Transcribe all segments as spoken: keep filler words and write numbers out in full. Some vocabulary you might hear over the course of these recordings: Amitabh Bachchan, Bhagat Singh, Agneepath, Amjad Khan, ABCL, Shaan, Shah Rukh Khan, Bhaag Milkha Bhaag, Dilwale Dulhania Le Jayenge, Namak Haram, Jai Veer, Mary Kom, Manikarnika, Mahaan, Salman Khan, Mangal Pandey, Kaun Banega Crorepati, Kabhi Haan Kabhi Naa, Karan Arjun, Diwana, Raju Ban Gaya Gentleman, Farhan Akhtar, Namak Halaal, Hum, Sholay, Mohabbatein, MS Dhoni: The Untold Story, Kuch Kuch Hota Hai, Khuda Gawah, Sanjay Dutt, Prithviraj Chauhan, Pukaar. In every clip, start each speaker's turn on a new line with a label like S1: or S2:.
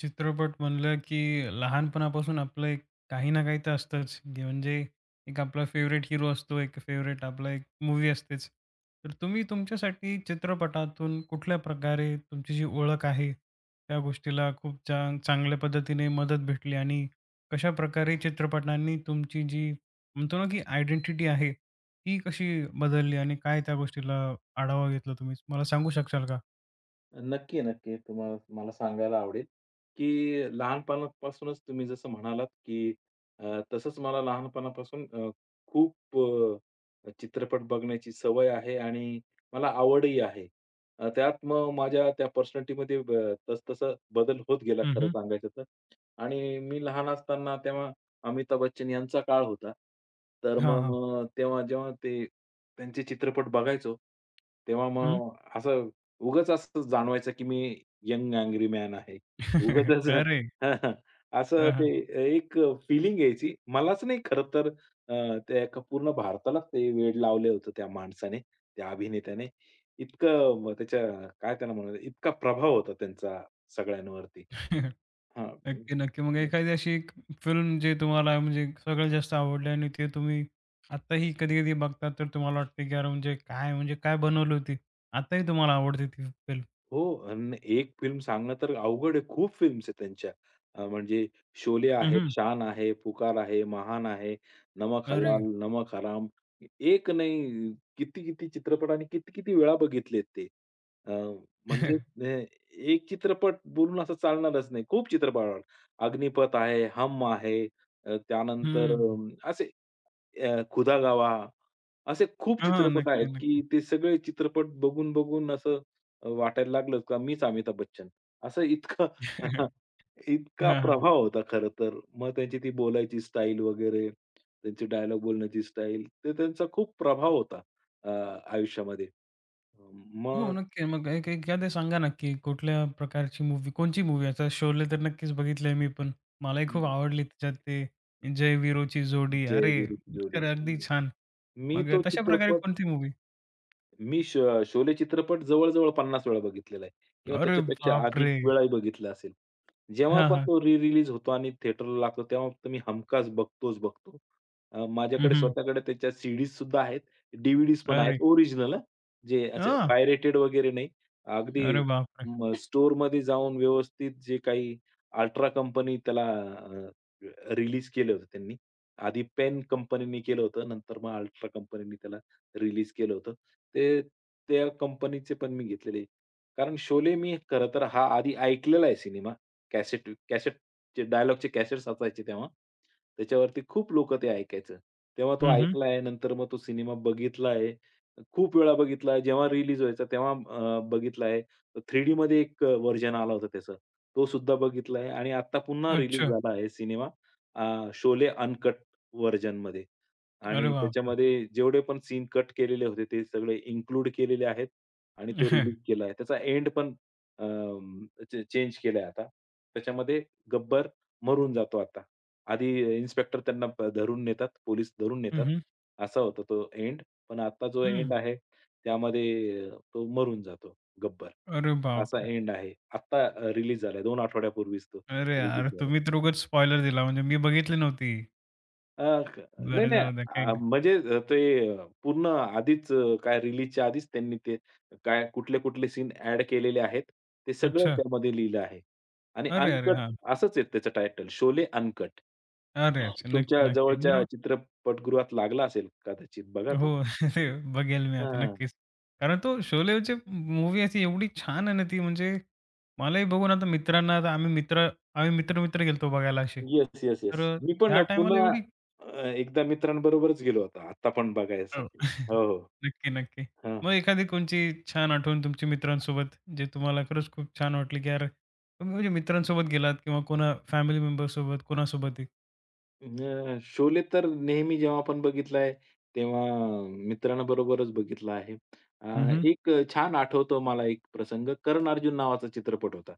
S1: चित्रपट म्हणलं की लहानपणापासून आपलं एक काही ना काही तर असतंच. की म्हणजे एक आपला फेव्हरेट हिरो असतो, एक फेव्हरेट आपला एक मूव्ही असतेच. तर तुम्ही तुमच्यासाठी चित्रपटातून कुठल्या प्रकारे तुमची जी ओळख आहे, त्या गोष्टीला खूप चांग चांगल्या पद्धतीने मदत भेटली आणि कशाप्रकारे चित्रपटांनी तुमची जी म्हणतो ना की आयडेंटिटी आहे, ती कशी बदलली आणि काय त्या गोष्टीला आढावा घेतला तुम्ही? मला सांगू शकाल का?
S2: नक्की, नक्की. तुम्हाला मला सांगायला आवडेल, की लहानपणापासूनच तुम्ही जसं म्हणालात, की अ, तसंच मला लहानपणापासून अ, खूप अ, चित्रपट बघण्याची सवय आहे आणि मला आवडही आहे. अ, त्यात मग माझ्या त्या पर्सनॅलिटीमध्ये ब तसतसा बदल होत गेला
S1: हं,
S2: खरं
S1: हं.
S2: सांगायचं तर. आणि मी लहान असताना तेव्हा अमिताभ बच्चन यांचा काळ होता. तर
S1: हां, हां.
S2: मग तेव्हा जेव्हा ते त्यांचे चित्रपट बघायचो, तेव्हा
S1: हं.
S2: मग असं उगाच असंच जाणवायचं, की मी यंग अँग्री मॅन आहे. उगाचच
S1: अरे!
S2: हां, हां. असं
S1: हां,
S2: ते
S1: हां.
S2: एक फीलिंग यायची. मलाच नाही खरं तर, अ, त्या एका पूर्ण भारतालाच ते वेड लावलं होतं त्या माणसाने, त्या अभिनेत्याने. इतकं म त्याच्या काय त्याला म्हणूया, इतका प्रभाव होता त्यांचा सगळ्यांवरती. हां.
S1: नक्की, नक्की. मग एखादी अशी एक फिल्म जे तुम्हाला म्हणजे सगळ्यात जास्त आवडली आणि ते तुम्ही आत्ताही कधी-कधी बघता तर तुम्हाला वाटते की "अरे म्हणजे काय म्हणजे काय बनवली होती?" आताही तुम्हाला आवडते ती फिल्म?
S2: हो. अन् एक फिल्म सांगणं तर अवघड आहे. खूप फिल्म्स आहेत त्यांच्या. अ, म्हणजे शोले
S1: हं,
S2: आहे,
S1: हं.
S2: शान आहे, पुकार आहे, महान आहे, नमक हलाल,
S1: अरे!
S2: नमक हराम. एक नाही, किती-किती चित्रपट आणि किती-किती वेळा बघितलेत ते. अ, म्हणजे अ, एक चित्रपट बोलून असं चालणारच नाही. खूप चित्रपट. आवड- अग्निपथ आहे, हम आहे, अ, त्यानंतर
S1: हं.
S2: अ, असे अ, खुदा गावा, असे खूप
S1: हां, हां.
S2: चित्रपट आहेत,
S1: नक्की,
S2: की
S1: नक्की.
S2: ते सगळे चित्रपट बघून-बघून असं अ, वाटायला लागलं का मीच अमिताभ बच्चन. असं इतकं इतका
S1: हां, हां.
S2: प्रभाव होता खरं तर. मग त्यांची ती बोलायची स्टाईल वगैरे, त्यांची डायलॉग बोलण्याची स्टाईल, ते त्यांचा खूप प्रभाव होता अ, आयुष्यामध्ये.
S1: हो,
S2: मग
S1: नक्की. मग एक एखादं सांगा नक्की कुठल्या प्रकारची मूव्ही कोणची मूव्ही? आता शोले तर नक्कीच बघितलंय मी पण. मलाही खूप आवडली त्याच्यात ते जय-वीरूची जोडी.
S2: जय
S1: अरे!
S2: वीरची जोडी.
S1: खरं अगदी छान.
S2: मी
S1: मग अ,
S2: तो
S1: तशा प्रकारे
S2: चित्रपट
S1: कोणती मूव्ही?
S2: मी श शोले चित्रपट जवळ-जवळ पन्नास वेळा बघितलेला आहे किंवा
S1: अरे
S2: त्याच्यापेक्षा अधिक
S1: बापरे!
S2: वेळाही बघितला असेल. जेव्हा
S1: हां,
S2: पण
S1: हां.
S2: तो री-रिलीज होतो आणि थिएटरला लागतो तेव्हा तर मी हमखास बघतोच बघतो. अ,
S1: हं,
S2: माझ्याकडे
S1: हं.
S2: स्वतःकडे त्याच्या सीडीज सुद्धा आहेत, डीव्हीडीज पण आहेत
S1: अरे
S2: ओरिजिनल हां, जे असे
S1: हां.
S2: पायरेटेड वगैरे नाही.
S1: अरे
S2: अगदी
S1: बापरे!
S2: म स्टोअरमध्ये जाऊन व्यवस्थित जे काही अल्ट्रा कंपनी त्याला अ, रिलीज केलं होतं त्यांनी. आधी पेन कंपनीने केलं होतं, नंतर मग अल्ट्रा कंपनीने त्याला रिलीज केलं होतं. ते त्या कंपनीचे पण मी घेतलेले. कारण शोले मी खरं तर हा आधी ऐकलेला आहे सिनेमा. कॅसेट कॅसेटचे डायलॉगचे कॅसेट्स असायचे तेव्हा. त्याच्यावरती खूप लोकं ते ऐकायचं. तेव्हा तो
S1: हं, हं.
S2: ऐकला आहे. नंतर मग तो सिनेमा बघितला आहे. खूप वेळा बघितला आहे. जेव्हा रिलीज व्हायचा तेव्हा अ, बघितला आहे. थ्री डीमध्ये एक अ, व्हर्जन आला होता त्याचा. तो सुद्धा बघितला आहे आणि आता पुन्हा रिलीज
S1: अच्छा.
S2: झाला आहे सिनेमा अ, शोले अनकट व्हर्जनमध्ये.
S1: अरे
S2: आणि
S1: बापरे!
S2: त्याच्यामध्ये जेवढे पण सीन कट केलेले होते, ते सगळे इन्क्लूड केलेले आहेत आणि तो रिलीज केला आहे. त्याचा एंड पण अं, चे चेंज केलाय आता. त्याच्यामध्ये गब्बर मरून जातो आता. आधी इन्स्पेक्टर त्यांना प धरून नेतात, पोलीस धरून
S1: हं,
S2: नेतात.
S1: हं.
S2: असा होता तो एंड. पण आता जो एंड
S1: हं.
S2: आहे, त्यामध्ये अ, तो मरून जातो गब्बर.
S1: अरे
S2: असा
S1: बापरे!
S2: एंड आहे. आत्ता रिलीज झालाय दोन आठवड्यापूर्वीच तो
S1: अरे
S2: रिलीज
S1: यार,
S2: झाला.
S1: तुम्ही तर उगाच स्पॉइलर दिला म्हणजे मी बघितली नव्हती.
S2: अ, क नाही,
S1: बरं
S2: नाही.
S1: जाऊ द्या काही
S2: अ,
S1: नाही.
S2: म्हणजे अ, ते अ, पूर्ण आधीच अ, काय रिलीजच्या आधीच त्यांनी ते काय कुठले-कुठले सीन ॲड केलेले आहेत, ते सगळं
S1: अच्छा.
S2: त्यामध्ये लिहिलं आहे. आणि
S1: अरे, अरे!
S2: अनकट
S1: हां.
S2: असंच आहे त्याचं टायटल शोले अनकट.
S1: अरे अच्छा. नक्की,
S2: तुमच्या
S1: नक्की.
S2: जवळच्या
S1: बरो
S2: चित्रपटगृहात लागला असेल कदाचित बघा तुम्ही.
S1: हो. ते बघेल मी आता
S2: हां.
S1: नक्कीच. कारण तो शोलेची मूव्ही अशी एवढी छान आहे ना ती म्हणजे मलाही बघून आता मित्रांना आता आम्ही मित्र आम्ही मित्र-मित्र गेलतो बघायला असे.
S2: येस, येस,
S1: तर
S2: येस.
S1: अ,
S2: मी
S1: त्या
S2: पण
S1: टाईमाला
S2: पुन्हा
S1: एवढी
S2: अ, एकदा मित्रांबरोबरच गेलो होतो. आता पण
S1: हो.
S2: बघायसाठी. हो, हो.
S1: नक्की, नक्की. मग
S2: हां.
S1: एखादी कोणची छान आठवण तुमच्या मित्रांसोबत जे तुम्हाला खरंच खूप छान वाटली, की यार तुम्ही म्हणजे मित्रांसोबत गेलात किंवा कोणा फॅमिली मेंबरसोबत कोणासोबतही.
S2: अ, शोले तर नेहमी जेव्हा आपण बघितलाय, तेव्हा मित्रांबरोबरच बघितला आहे. अ,
S1: हं, हं.
S2: एक अ, छान आठवतो मला एक प्रसंग. कर्ण अर्जुन नावाचा चित्रपट होता.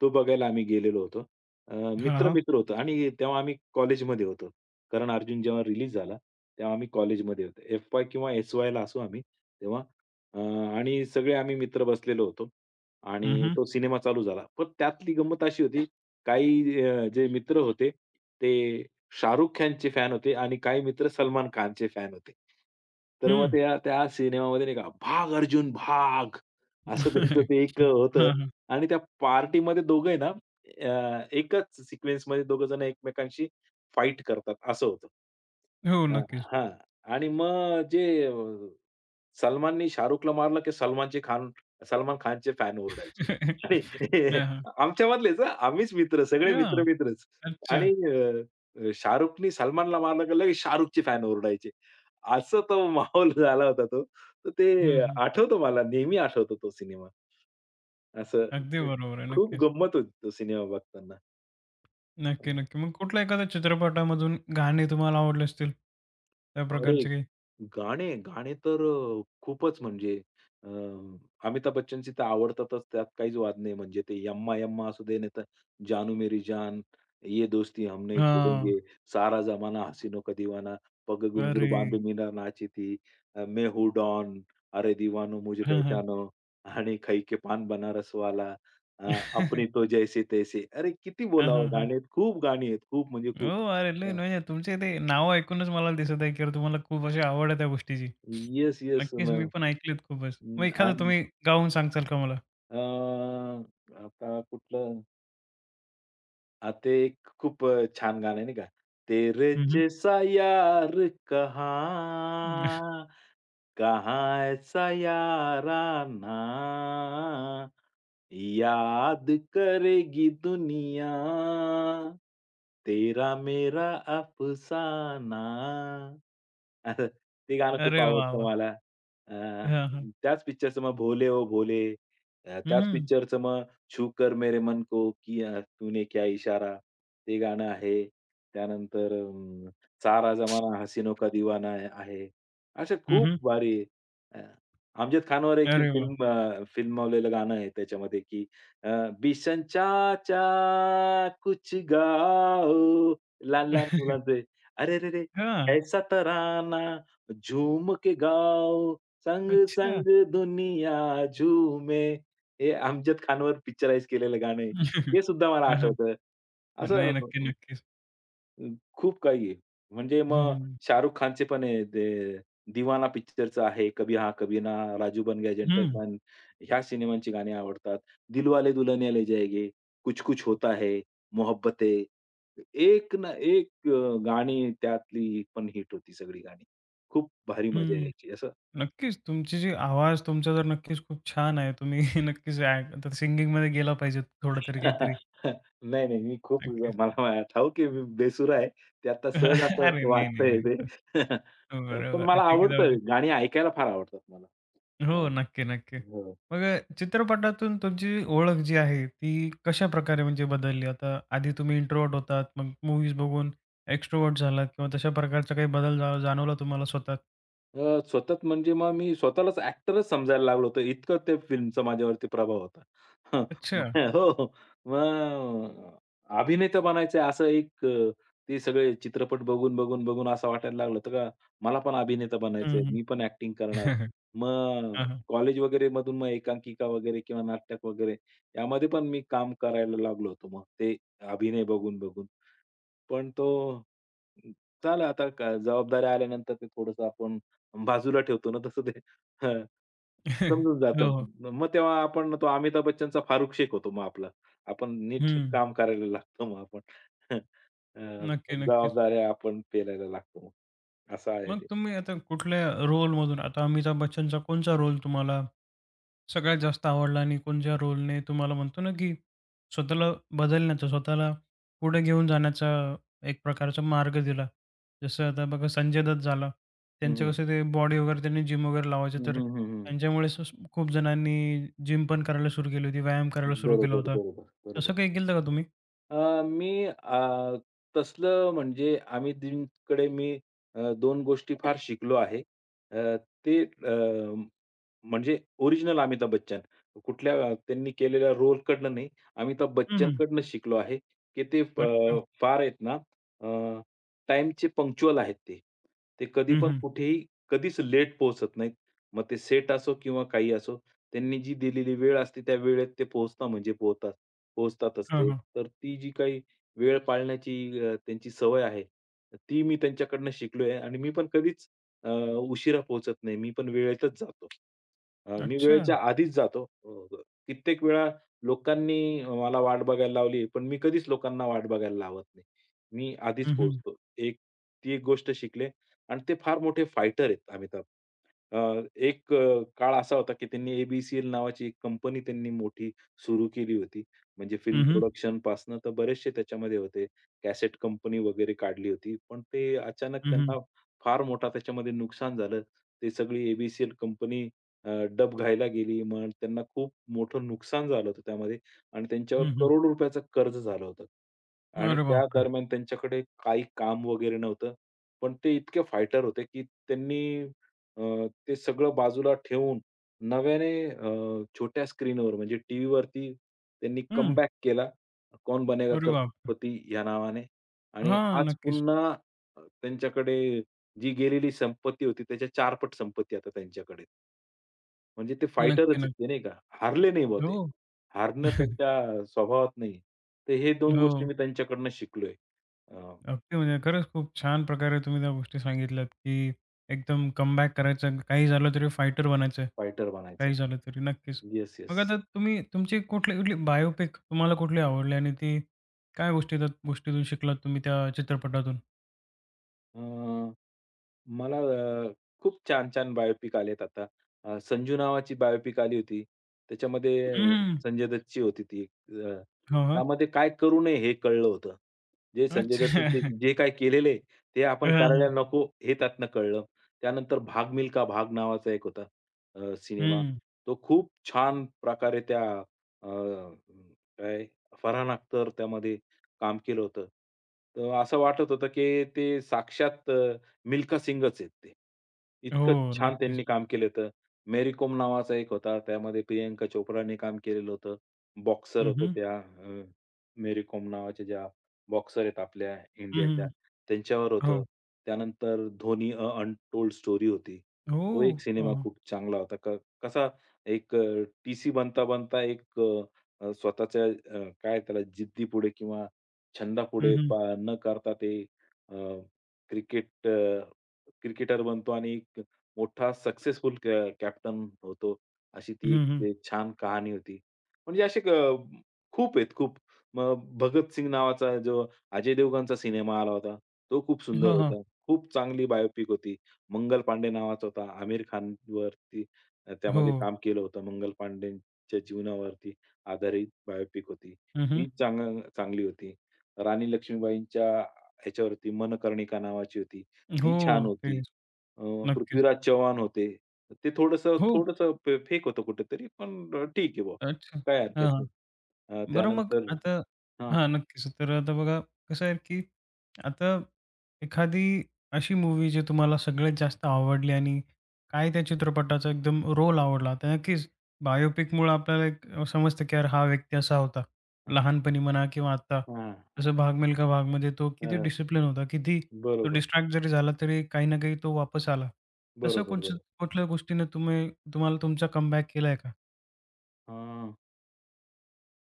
S2: तो बघायला आम्ही गेलेलो होतो. अ,
S1: हां, हां.
S2: मित्र-मित्र होतो आणि तेव्हा आम्ही कॉलेजमध्ये होतो. कर्ण अर्जुन जेव्हा रिलीज झाला, तेव्हा आम्ही कॉलेजमध्ये होतो. एफ-वाय किंवा एस-वायला असू आम्ही तेव्हा. अ, आणि सगळे आम्ही मित्र बसलेलो होतो
S1: हं,
S2: आणि
S1: हं.
S2: तो सिनेमा चालू झाला. पण त्यातली गंमत अशी होती, काही अ, जे मित्र होते ते शाहरुख खानचे फॅन होते आणि काही मित्र सलमान खानचे फॅन होते. तर मग
S1: हं.
S2: त्या त्या सिनेमामध्ये नाही का, "भाग अर्जुन भाग!" असं त्यांचं ते एक होतं आणि त्या पार्टीमध्ये दोघंही ना अ, एकाच सिक्वेन्समध्ये दोघं जण एकमेकांशी फाईट करतात असं होतं.
S1: हो,
S2: अ,
S1: नक्कीच.
S2: हां. आणि मग जे अ सलमाननी शाहरुखला मारलं, की सलमानचे खान सलमान खानचे फॅन ओरडायचे. आणि
S1: हां, हां.
S2: आमच्यामधलेच हां, आम्हीच मित्र, सगळे
S1: याह!
S2: मित्र-मित्रच.
S1: अच्छा.
S2: आणि अ, शाहरुखनी सलमानला मारलं, की लगेच शाहरुखचे फॅन ओरडायचे. असं तो माहोल झाला होता तो. तर ते
S1: हं, हं.
S2: आठवतो मला, नेहमी आठवतो तो सिनेमा. असं
S1: अगदी बरोबर आहे.
S2: खूप
S1: नक्कीच.
S2: गंमत होती तो सिनेमा बघताना.
S1: नक्की, नक्की. मग कुठल्या एखाद्या चित्रपटामधून गाणी तुम्हाला आवडले असतील, त्या
S2: अरे!
S1: प्रकारचे काही?
S2: गाणे, गाणे तर अ, खूपच म्हणजे अ, अमिताभ बच्चनची तर आवडतातच त्यात काहीच वाद नाही. म्हणजे ते यम्मा यम्मा असू दे नाहीतर जानू मेरी जान, ये दोस्ती हम नहीं
S1: हां.
S2: छोडेंगे, सारा जमाना हसीनो का दीवाना, पग घुंगरू
S1: अरे!
S2: बांधे मीना नाची थी, अ, मैं हूँ डॉन, अरे दीवानो मुझे
S1: हां, हां.
S2: पहचानो आणि खई के पान बनारस वाला,
S1: हां,
S2: अ,
S1: हां, हां.
S2: अपनी तो जैसे तैसे. अरे किती बोलावं गाणे आहेत. खूप गाणी आहेत. खूप म्हणजे खूप.
S1: हो, अरे लय म्हणजे तुमचे ते नाव ऐकूनच मला दिसत आहे, की अरे तुम्हाला खूप अशी आवड आहे त्या गोष्टीची.
S2: Yes, yes.
S1: नक्कीच मी पण ऐकलीत खूपच. मग
S2: अं,
S1: एखादं
S2: आणि
S1: तुम्ही गाऊन सांगचाल का मला?
S2: अ, आता कुठलं? हां, ते एक खूप अ, छान गाणं आहे नाही का? तेरे
S1: हं,
S2: जैसा यार कहाँ, कहाँ ऐसा याराना याद करेगी दुनिया तेरा मेरा अफसाना. असं ते गाणं खूप
S1: अरे वाह,
S2: आवडतं
S1: वाह!
S2: मला. अ,
S1: हां, हां.
S2: त्याच पिक्चरचं मग भोले ओ भोले, अ,
S1: हं,
S2: त्याच
S1: हं.
S2: पिक्चरचं मग छू कर मेरे मन को किया तूने क्या इशारा ते गाणं आहे. त्यानंतर अं, सारा जमाना हसीनो का दीवाना आहे. असे खूप भारी अमजद खानवर एक
S1: अरे वाह!
S2: फिल्म अ, फिल्मावलेलं गाणं आहे त्याच्यामध्ये, की अ, बिशन चाचा कुछ गाओ, लहान-लहान
S1: हां.
S2: मुलांचे, अरे रे रे! ऐसा तराना झूम के गाओ,
S1: अच्छा.
S2: संग-संग दुनिया झूमे. हे अमजद खानवर पिक्चराइज केलेलं गाणं आहे. ते सुद्धा मला
S1: हां, हां.
S2: आठवतं. असं
S1: नाही, नक्की, नक्कीच.
S2: अ, खूप काही आहे. म्हणजे
S1: हं,
S2: मग
S1: हं.
S2: शाहरुख खानचे पण आहे ते दीवाना पिक्चरचं आहे, कभी हां कभी ना, राजू बन गया
S1: हं,
S2: जेंटलमॅन ह्या सिनेमांची गाणी आवडतात. दिलवाले दुल्हनिया ले जाएंगे, कुछ कुछ होता है, मोहब्बतें एक ना एक अ, गाणी त्यातली पण हिट होती सगळी गाणी. खूप भारी मजा यायची. असं
S1: नक्कीच तुमची जी आवाज तुमचा तर नक्कीच खूप छान आहे. तुम्ही नक्कीच ॲक्ट तर सिंगिंगमध्ये गेला पाहिजे थोडं तरी काहीतरी.
S2: नाही, नाही. मी खूप
S1: नक्कीच.
S2: मला मा- ठाऊक आहे मी बेसुरा आहे. ते आता सहज असं
S1: अरे नाही, नाही,
S2: वाटतंय
S1: नाही.
S2: ते.
S1: तर
S2: पण
S1: बरोबर आहे.
S2: मला
S1: ठीक आहे, जाऊ
S2: आवडतं
S1: दे.
S2: गाणी ऐकायला फार आवडतात मला. हां.
S1: हो, नक्की, नक्की.
S2: हो.
S1: मग अ, चित्रपटातून तुमची ओळख जी आहे ती कशाप्रकारे म्हणजे बदलली? आता आधी तुम्ही इंट्रोव्हर्ट होतात, मग मूव्हीज बघून एक्स्ट्रोव्हर्ट झालात किंवा तशा प्रकारचा काही बदल जा जाणवला तुम्हाला स्वतःत?
S2: अ, स्वतःच म्हणजे मग मी स्वतःलाच ॲक्टरच समजायला लागलो होतो. इतकं त्या फिल्मचा माझ्यावरती प्रभाव होता. हं.
S1: अच्छा.
S2: हो, हो. मग अभिनेता बनायचं असं एक अ, ते सगळे चित्रपट बघून, बघून, बघून असं वाटायला लागलं होतं का मला पण अभिनेता
S1: हं,
S2: बनायचंय,
S1: हं.
S2: मी पण ॲक्टिंग करणार. मग
S1: हां, हां.
S2: कॉलेज वगैरे मधून मग एकांकिका वगैरे किंवा नाटक वगैरे यामध्ये पण मी काम करायला लागलो होतो मग ते अभिनय बघून, बघून. पण तो चला आता का जबाबदाऱ्या आल्यानंतर ते थोडंसं आपण बाजूला ठेवतो ना, तसं ते हं, समजून
S1: हो,
S2: जातं.
S1: हो.
S2: मग तेव्हा आपण तो अमिताभ बच्चनचा फारुख शेख होतो मग आपला. आपण नीट
S1: हं.
S2: काम करायला लागतो मग आपण. अ,
S1: नक्की, नक्कीच.
S2: जबाबदाऱ्या आपण पेलायला लागतो मग. असं आहे
S1: मग
S2: ते.
S1: तुम्ही आता कुठल्या रोलमधून आता अमिताभ बच्चनचा कोणचा रोल तुम्हाला सगळ्यात जास्त आवडला आणि कोणत्या रोलने तुम्हाला म्हणतो ना, की स्वतःला बदलण्याचा, स्वतःला पुढे घेऊन जाण्याचा एक प्रकारचा मार्ग दिला? जसं आता बघा संजय दत्त झाला.
S2: हं,
S1: त्यांचं
S2: हं.
S1: कसं ते बॉडी वगैरे त्यांनी जिम वगैरे लावायचे,
S2: हं,
S1: तर
S2: हं, हं,
S1: त्यांच्यामुळे स खूप जणांनी जिम पण करायला सुरू केली होती, व्यायाम करायला सुरू केला
S2: बरोबर,
S1: होता.
S2: बरोबर, बरोबर.
S1: तसं काही केलं का तुम्ही?
S2: अ, मी अ, तसलं म्हणजे अमितजींकडे मी अ, दोन गोष्टी फार शिकलो आहे. अ, ते अ, म्हणजे ओरिजिनल अमिताभ बच्चन. कुठल्या अ, त्यांनी केलेल्या रोलकडनं नाही, अमिताभ
S1: हं, हं.
S2: बच्चनकडनं शिकलो आहे, की ते अ,
S1: अच्छा.
S2: फार आहेत ना अ, टाईमचे पंक्च्युअल आहेत ते. ते कधी
S1: हं,
S2: पण
S1: हं.
S2: कुठेही कधीच लेट पोहोचत नाहीत. मग ते सेट असो किंवा काही असो, त्यांनी जी दिलेली वेळ असते, त्या वेळेत ते पोहोचता म्हणजे पोहतात पोहोचतातच
S1: हां,
S2: ते.
S1: हां.
S2: तर ती जी काही वेळ पाळण्याची अ, त्यांची सवय आहे, ती मी त्यांच्याकडनं शिकलोय आणि मी पण कधीच अ, उशिरा पोहोचत नाही. मी पण वेळेतच जातो. अ, मी
S1: अच्छा.
S2: वेळेच्या आधीच जातो. अ, कित्येक वेळा लोकांनी मला वाट बघायला लावली, पण मी कधीच लोकांना वाट बघायला लावत नाही. मी आधीच
S1: हं, हं.
S2: पोहोचतो. एक ती एक गोष्ट शिकले. आणि ते फार मोठे फायटर आहेत अमिताभ. अ, एक अ, काळ असा होता, की त्यांनी ए-बी-सी-एल नावाची एक कंपनी त्यांनी मोठी सुरू केली होती. म्हणजे फिल्म
S1: हं, हं.
S2: प्रोडक्शनपासनं तर बरेचसे त्याच्यामध्ये होते. कॅसेट कंपनी वगैरे काढली होती. पण ते अचानक त्यांना फार मोठा त्याच्यामध्ये नुकसान झालं. ते सगळी ए कंपनी अ, डबघाईला गेली. मग त्यांना खूप मोठं नुकसान झालं होतं त्यामध्ये आणि त्यांच्यावर
S1: हं, हं.
S2: करोडो रुपयाचं कर्ज झालं होतं. आणि
S1: अरे
S2: त्या
S1: बापरे!
S2: दरम्यान त्यांच्याकडे काही काम वगैरे नव्हतं. पण ते इतके फायटर होते, की त्यांनी अ, ते सगळं बाजूला ठेवून नव्याने अ, छोट्या स्क्रीनवर म्हणजे टीव्ही वरती त्यांनी
S1: हं.
S2: कमबॅक केला. कौन बनेगा
S1: अरे बापरे!
S2: करोडपती या नावाने आणि
S1: हां,
S2: आज
S1: नक्कीच.
S2: पुन्हा अ, त्यांच्याकडे जी गेलेली संपत्ती होती त्याच्या चारपट संपत्ती आता त्यांच्याकडे. म्हणजे ते फायटरच
S1: नक्की,
S2: आहेत ते
S1: नक्की.
S2: नाही का. हारले नाही बुवा ते.
S1: हो.
S2: हारणं त्यांच्या स्वभावात नाही. तर हे दोन गोष्टी
S1: हो.
S2: मी त्यांच्याकडनं शिकलोय.
S1: अगदी म्हणजे खरंच खूप छान प्रकारे तुम्ही त्या गोष्टी सांगितल्यात, की एकदम कमबॅक करायचं. काही झालं तरी फायटर बनायचं आहे.
S2: फायटर बनायचं.
S1: काही झालं तरी. नक्कीच.
S2: येस,
S1: मग
S2: येस.
S1: आता तुम्ही तुमची कुठली-कुठली बायोपिक तुम्हाला कुठली आवडली आणि ती काय गोष्टी त्या गोष्टीतून शिकलात तुम्ही त्या चित्रपटातून?
S2: अ, मला अ, खूप छान-छान बायोपिक आलेत आता. अ, संजू नावाची बायोपिक आली होती. त्याच्यामध्ये बरोबर.
S1: हं.
S2: संजय दत्तची होती ती. अ,
S1: हां, हां.
S2: त्यामध्ये काय करू नये हे कळलं होतं. जे संजय
S1: अच्छा.
S2: दत्तने ते जे काही केलेलं आहे, ते आपण
S1: हां,
S2: करायला
S1: हां.
S2: नको हे त्यातनं कळलं. त्यानंतर भाग मिल्खा भाग नावाचा एक होता अ, सिनेमा.
S1: हं.
S2: तो खूप छान प्रकारे त्या अ, काय फरहान अख्तर त्यामध्ये काम केलं होतं. तर असं वाटत होतं, की ते साक्षात अ, मिल्खा सिंगच आहेत ते.
S1: हो,
S2: इतकं छान त्यांनी
S1: नक्कीच.
S2: काम केलं होतं. मेरी कोम नावाचा एक होता. त्यामध्ये प्रियंका चोप्राने काम केलेलं होतं. बॉक्सर
S1: हं,
S2: होतं
S1: हं.
S2: त्या अ, मेरी कोम नावाच्या ज्या बॉक्सर आहेत आपल्या
S1: हं,
S2: इंडियाच्या,
S1: हं.
S2: त्यांच्यावर होतं.
S1: हो.
S2: त्यानंतर धोनी अ अनटोल्ड स्टोरी होती.
S1: हो.
S2: तो एक सिनेमा
S1: हां, हां.
S2: खूप चांगला होता. क कसा एक अ, टीसी बनता-बनता एक अ, स्वतःच्या अ, काय त्याला जिद्दीपुढे किंवा
S1: हं,
S2: छंदापुढे
S1: हं.
S2: पा न करता ते अ, क्रिकेट अ, क्रिकेटर बनतो आणि एक मोठा सक्सेसफुल कॅ कॅप्टन होतो. अशी ती
S1: हं, हं.
S2: एक छान कहाणी होती. म्हणजे असे क खूप आहेत खूप. मग भगतसिंग नावाचा जो अजय देवगणचा सिनेमा आला होता. तो खूप सुंदर
S1: हां, हां.
S2: होता. खूप चांगली बायोपिक होती. मंगल पांडे नावाचा होता. आमिर खानवरती अ,
S1: हो.
S2: त्यामध्ये काम केलं होतं. मंगल पांडेंच्या जीवनावरती आधारित बायोपिक होती.
S1: हं, हं.
S2: ती चांग चांगली होती. राणी लक्ष्मीबाईंच्या ह्याच्यावरती मनकर्णिका नावाची होती.
S1: हो,
S2: ती छान होती.
S1: तेच.
S2: अ,
S1: नक्कीच.
S2: पृथ्वीराज चव्हाण होते. ते थोडंसं
S1: हो.
S2: थोडंसं फेक होतं कुठेतरी, पण अ, ठीक आहे बुवा.
S1: अच्छा.
S2: काही हरकत
S1: हां, हां.
S2: नाही. अ,
S1: बरं मग
S2: त्यानंतर
S1: आता
S2: हां,
S1: हां, नक्कीच. तर आता बघा कसं आहे, की आता एखादी अशी मूव्ही जी तुम्हाला सगळ्यात जास्त आवडली आणि काय त्या चित्रपटाचा एकदम रोल आवडला. तर नक्कीच बायोपिकमुळं आपल्याला एक समजतं, की यार हा व्यक्ती असा होता.
S2: हां,
S1: लहानपणी म्हणा किंवा आत्ता.
S2: हां, हां.
S1: जसं भाग मिल्खा भागमध्ये तो किती
S2: अ,
S1: डिसिप्लिन होता, किती तो
S2: बरोबर,
S1: डिस्ट्रॅक्ट जरी झाला तरी काही ना काही तो वापस आला. तसं
S2: बरोबर,
S1: कोणचं
S2: बरोबर.
S1: कुठल्या गोष्टीने तुम्ही तुम्हाला तुमचा कमबॅक केलाय का?
S2: हां.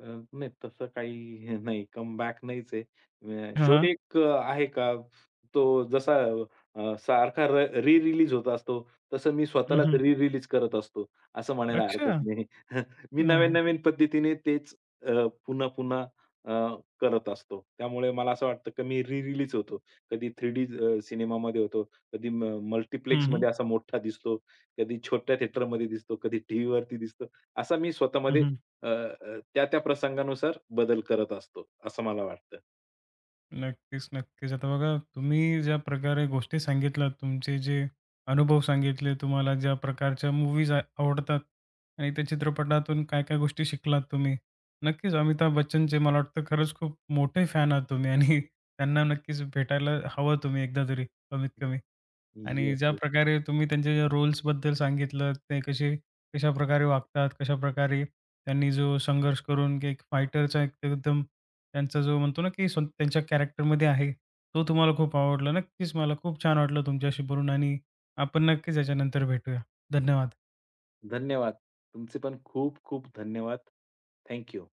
S2: अ, नाही तसं काही हे नाही कमबॅक नाहीच आहे. अ, शो
S1: हां.
S2: एक अ, आहे का, तो जसा अ, सारखा री-रिलीज होत असतो, तसं मी
S1: हं,
S2: स्वतःलाच
S1: हं.
S2: री-रिलीज करत असतो, असं म्हणायला
S1: अच्छा.
S2: हरकत नाही. मी
S1: हां, हां.
S2: नवीन-नवीन पद्धतीने तेच अ, पुन्हा-पुन्हा अ, करत असतो. त्यामुळे मला असं वाटतं की मी री-रिलीज होतो. कधी थ्री डी अ, सिनेमामध्ये होतो, कधी म
S1: हं, हं.
S2: मल्टिप्लेक्समध्ये असा मोठा दिसतो, कधी छोट्या थिएटरमध्ये दिसतो, कधी टीव्हीवरती दिसतो. असा मी स्वतःमध्ये अ, अ, त्या त्या प्रसंगानुसार बदल करत असतो, असं मला वाटतं.
S1: नक्कीच, नक्कीच. आता बघा तुम्ही ज्या प्रकारे गोष्टी सांगितल्यात, तुमचे जे अनुभव सांगितले, तुम्हाला ज्या प्रकारच्या मूव्हीज आवडतात आणि त्या चित्रपटातून काय-काय गोष्टी शिकलात तुम्ही. नक्कीच अमिताभ बच्चनचे मला वाटतं खरंच खूप मोठे फॅन आहात तुम्ही आणि त्यांना नक्कीच भेटायला हवं तुम्ही एकदा तरी, कमीत कमी. आणि
S2: येस,
S1: ज्या
S2: येस.
S1: प्रकारे तुम्ही त्यांच्या ज्या रोल्सबद्दल सांगितलं, ते कसे कशाप्रकारे वागतात, कशाप्रकारे त्यांनी जो संघर्ष करून की एक फायटरचा एक एकदम त्यांचा जो म्हणतो ना, की स्व त्यांच्या कॅरेक्टरमध्ये आहे, तो तुम्हाला खूप आवडला. नक्कीच मला खूप छान वाटलं तुमच्याशी बोलून आणि आपण नक्कीच याच्यानंतर भेटूया. धन्यवाद.
S2: धन्यवाद. तुमचे पण खूप खूप धन्यवाद. Thank you.